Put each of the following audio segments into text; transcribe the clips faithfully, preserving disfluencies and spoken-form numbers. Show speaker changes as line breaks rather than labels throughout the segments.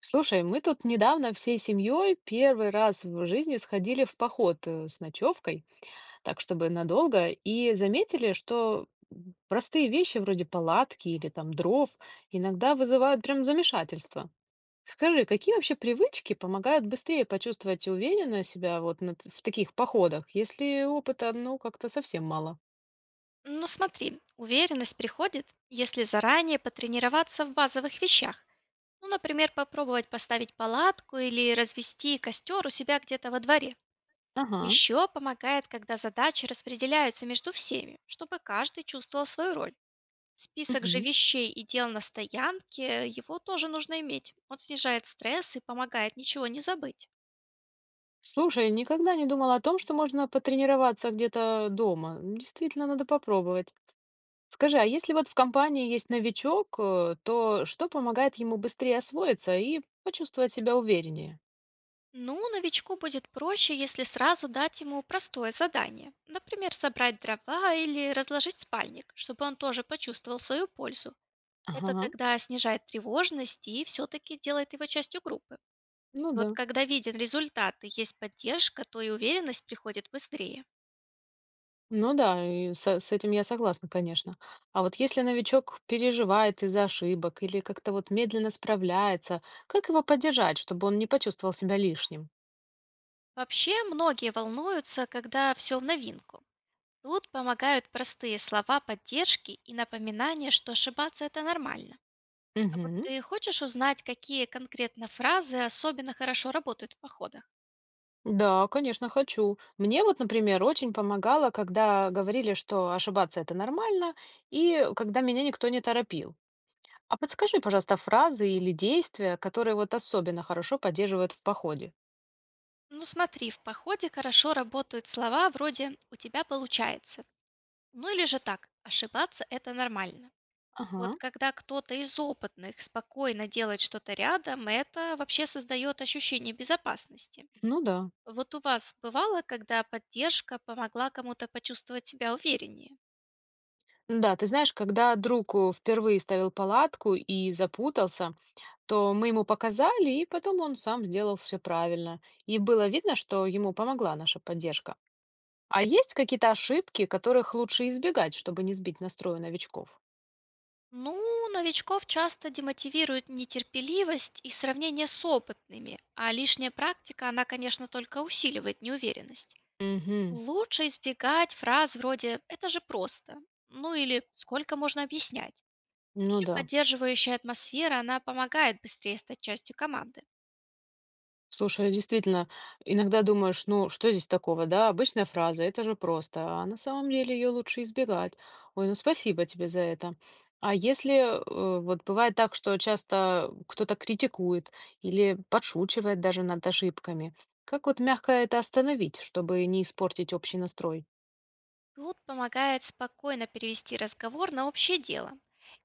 Слушай, мы тут недавно всей семьей первый раз в жизни сходили в поход э, с ночевкой, так чтобы надолго, и заметили, что м, простые вещи вроде палатки или там дров иногда вызывают прям замешательство. Скажи, какие вообще привычки помогают быстрее почувствовать уверенно себя вот на т- в таких походах, если опыта, ну, как-то совсем мало?
Ну смотри, уверенность приходит, если заранее потренироваться в базовых вещах. Ну, например, попробовать поставить палатку или развести костер у себя где-то во дворе.
Ага.
Еще помогает, когда задачи распределяются между всеми, чтобы каждый чувствовал свою роль. Список же
Мгм.
вещей и дел на стоянке, его тоже нужно иметь. Он снижает стресс и помогает ничего не забыть.
Слушай, никогда не думала о том, что можно потренироваться где-то дома. Действительно, надо попробовать. Скажи, а если вот в компании есть новичок, э, то что помогает ему быстрее освоиться и почувствовать себя увереннее?
Ну, новичку будет проще, если сразу дать ему простое задание. Например, собрать дрова или разложить спальник, чтобы он тоже почувствовал свою пользу. Это
Ага,
тогда снижает тревожность и все-таки делает его частью группы.
ну да.
Вот когда виден результат и есть поддержка, то и уверенность приходит быстрее.
Ну да, и со- с этим я согласна, конечно. А вот если новичок переживает из-за ошибок или как-то вот медленно справляется, как его поддержать, чтобы он не почувствовал себя лишним?
Вообще, многие волнуются, когда все в новинку. Тут помогают простые слова поддержки и напоминание, что ошибаться это нормально. А вот
Мгм.
ты хочешь узнать, какие конкретно фразы особенно хорошо работают в походах?
Да, конечно, хочу. Мне вот, например, очень помогало, когда говорили, что ошибаться это нормально, и когда меня никто не торопил. А подскажи, пожалуйста, фразы или действия, которые вот особенно хорошо поддерживают в походе.
Ну смотри, в походе хорошо работают слова вроде «у тебя получается». Ну или же так, ошибаться– это нормально.
Ага,
Вот когда кто-то из опытных спокойно делает что-то рядом, это вообще создает ощущение безопасности.
ну да.
Вот у вас бывало, когда поддержка помогла кому-то почувствовать себя увереннее?
Да, ты знаешь, когда друг э, впервые ставил палатку и запутался, то мы ему показали, и потом он сам сделал все правильно. И было видно, что ему помогла наша поддержка. А есть какие-то ошибки, которых лучше избегать, чтобы не сбить настрой у новичков?
Ну, новичков часто демотивирует нетерпеливость и сравнение с опытными, а лишняя практика, она, конечно, только усиливает неуверенность.
Угу,
Лучше избегать фраз вроде «это же просто», ну или «сколько можно объяснять».
ну
Вообще
да.
поддерживающая атмосфера, она помогает быстрее стать частью команды.
Слушай, действительно, иногда думаешь, ну что здесь такого, да, обычная фраза, это же просто, а на самом деле ее лучше избегать. Ой, ну спасибо тебе за это. А если э, вот бывает так, что часто кто-то критикует или подшучивает даже над ошибками, как вот мягко это остановить, чтобы не испортить общий настрой?
Тут помогает спокойно перевести разговор на общее дело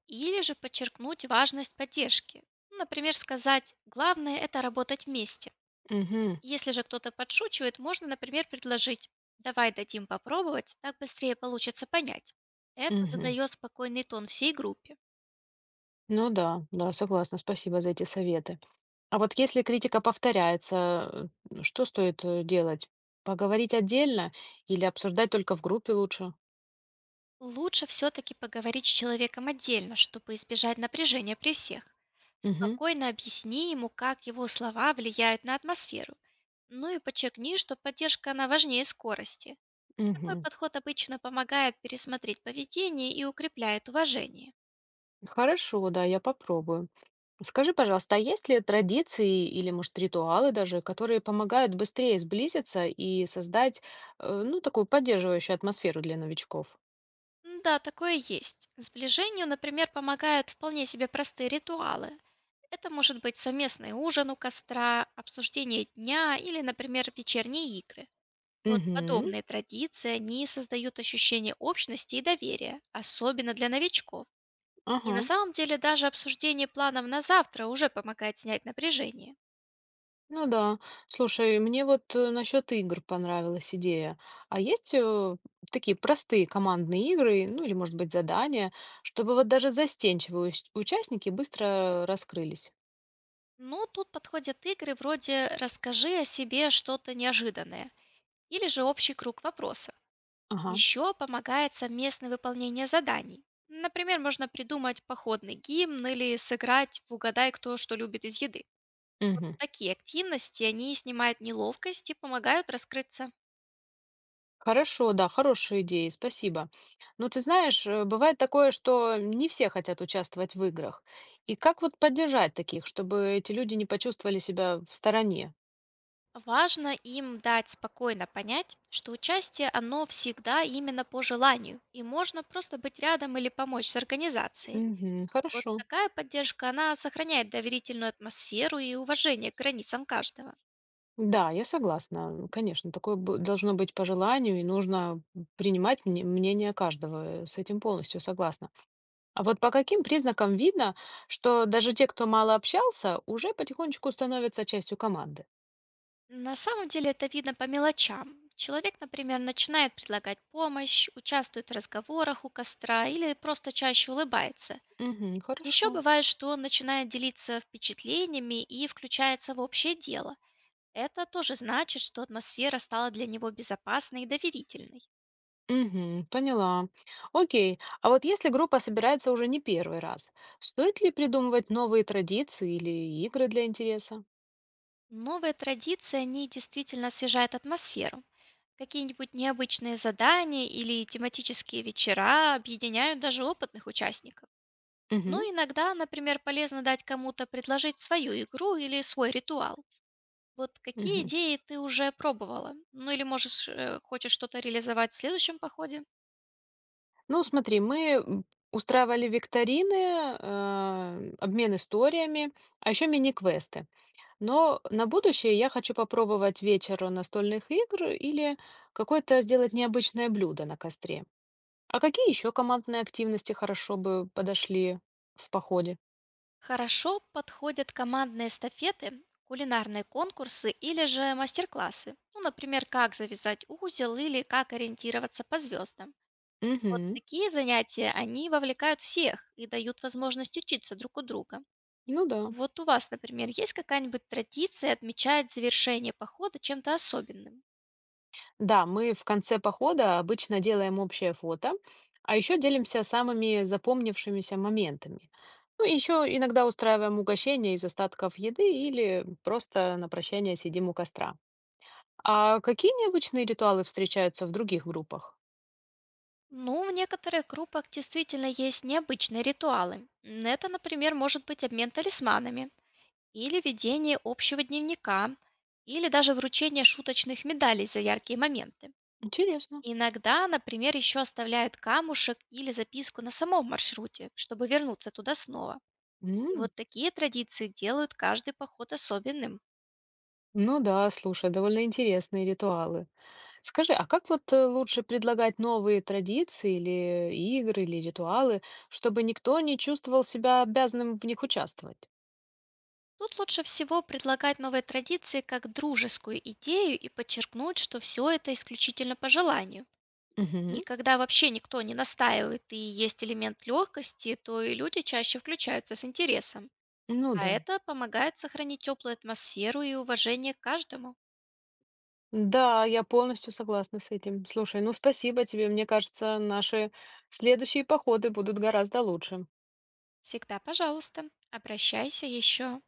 или же подчеркнуть важность поддержки. Например, сказать «главное– это работать вместе».
Угу,
Если же кто-то подшучивает, можно, например, предложить «давай дадим попробовать, так быстрее получится понять». Это
угу.
задает спокойный тон всей группе.
Ну да, да, согласна, спасибо за эти советы. А вот если критика повторяется, э, что стоит э, делать? Поговорить отдельно или обсуждать только в группе лучше?
Лучше все-таки поговорить с человеком отдельно, чтобы избежать напряжения при всех.
Мгм,
Спокойно объясни ему, как его слова влияют на атмосферу. Ну и подчеркни, что поддержка она важнее скорости. Такой
мгм.
подход обычно помогает пересмотреть поведение и укрепляет уважение.
Хорошо, да, я попробую. Скажи, пожалуйста, а есть ли традиции или, может, ритуалы даже, которые помогают быстрее сблизиться и создать, э, ну, такую поддерживающую атмосферу для новичков?
М, Да, такое есть. Сближению, например, помогают вполне себе простые ритуалы. Это может быть совместный ужин у костра, обсуждение дня или, например, вечерние игры. Вот
Угу,
подобные традиции, они создают ощущение общности и доверия, особенно для новичков. И на
ага.
самом деле даже обсуждение планов на завтра уже помогает снять напряжение.
Ну да. Слушай, мне вот э, насчет игр понравилась идея. А есть э, такие простые командные игры, ну или, может быть, задания, чтобы вот даже застенчивые ус- участники быстро раскрылись?
Ну, тут подходят игры вроде «Расскажи о себе что-то неожиданное» или же «Общий круг вопросов».
Ага.
Еще помогает совместное выполнение заданий. Например, можно придумать походный гимн или сыграть в «Угадай, кто что любит из еды».
Мгм.
Такие активности, они снимают неловкость и помогают раскрыться.
Хорошо, да, хорошая идея, спасибо. Но ты знаешь, э, бывает такое, что не все хотят участвовать в играх. И как вот поддержать таких, чтобы эти люди не почувствовали себя в стороне?
Важно им дать спокойно понять, что участие, оно всегда именно по желанию, и можно просто быть рядом или помочь с организацией.
Мгм.
Вот
Хорошо.
такая поддержка, она сохраняет доверительную атмосферу и уважение к границам каждого.
Да, я согласна. Конечно, такое б- должно быть по желанию, и нужно принимать мне- мнение каждого. э, С этим полностью согласна. А вот по каким признакам видно, что даже те, кто мало общался, уже потихонечку становятся частью команды?
На самом деле это видно по мелочам. Человек, например, начинает предлагать помощь, участвует в разговорах у костра или просто чаще улыбается.
Угу,
Еще
хорошо.
бывает, что он начинает делиться впечатлениями и включается в общее дело. Это тоже значит, что атмосфера стала для него безопасной и доверительной.
Угу, поняла. Окей. А вот если группа собирается уже не первый раз, стоит ли придумывать новые традиции или игры для интереса?
Новые традиции, они действительно освежают атмосферу. Какие-нибудь необычные задания или тематические вечера объединяют даже опытных участников. Но иногда, например, полезно дать кому-то предложить свою игру или свой ритуал. Вот какие
Угу.
идеи ты уже пробовала? Ну или можешь, э, хочешь что-то реализовать в следующем походе?
Ну, смотри, мы устраивали викторины, э, обмен историями, а еще мини-квесты. Но на будущее я хочу попробовать вечер настольных игр или какое-то сделать необычное блюдо на костре. А какие еще командные активности хорошо бы подошли в походе?
Хорошо подходят командные эстафеты, кулинарные конкурсы или же мастер-классы. Ну, например, как завязать узел или как ориентироваться по звездам. Вот
Угу.
такие занятия, они вовлекают всех и дают возможность учиться друг у друга.
Ну да.
Вот у вас, например, есть какая-нибудь традиция отмечать завершение похода чем-то особенным?
Да, мы в конце похода обычно делаем общее фото, а еще делимся самыми запомнившимися моментами. Ну, еще иногда устраиваем угощение из остатков еды или просто на прощание сидим у костра. А какие необычные ритуалы встречаются в других группах?
Ну, в некоторых группах действительно есть необычные ритуалы. М, Это, например, может быть обмен талисманами, или ведение общего дневника, или даже вручение шуточных медалей за яркие моменты.
Интересно.
Иногда, например, еще оставляют камушек или записку на самом маршруте, чтобы вернуться туда снова. И
М,
вот такие традиции делают каждый поход особенным.
Ну да, слушай, довольно интересные ритуалы. Скажи, а как вот э, лучше предлагать новые традиции или игры, или ритуалы, чтобы никто не чувствовал себя обязанным в них участвовать?
Тут лучше всего предлагать новые традиции как дружескую идею и подчеркнуть, что все это исключительно по желанию.
Мгм.
И когда вообще никто не настаивает и есть элемент легкости, то и люди чаще включаются с интересом.
Ну
А
да.
это помогает сохранить теплую атмосферу и уважение к каждому.
Да, я полностью согласна с этим. Слушай, ну спасибо тебе. Мне кажется, наши следующие походы будут гораздо лучше.
Всегда, пожалуйста, обращайся еще.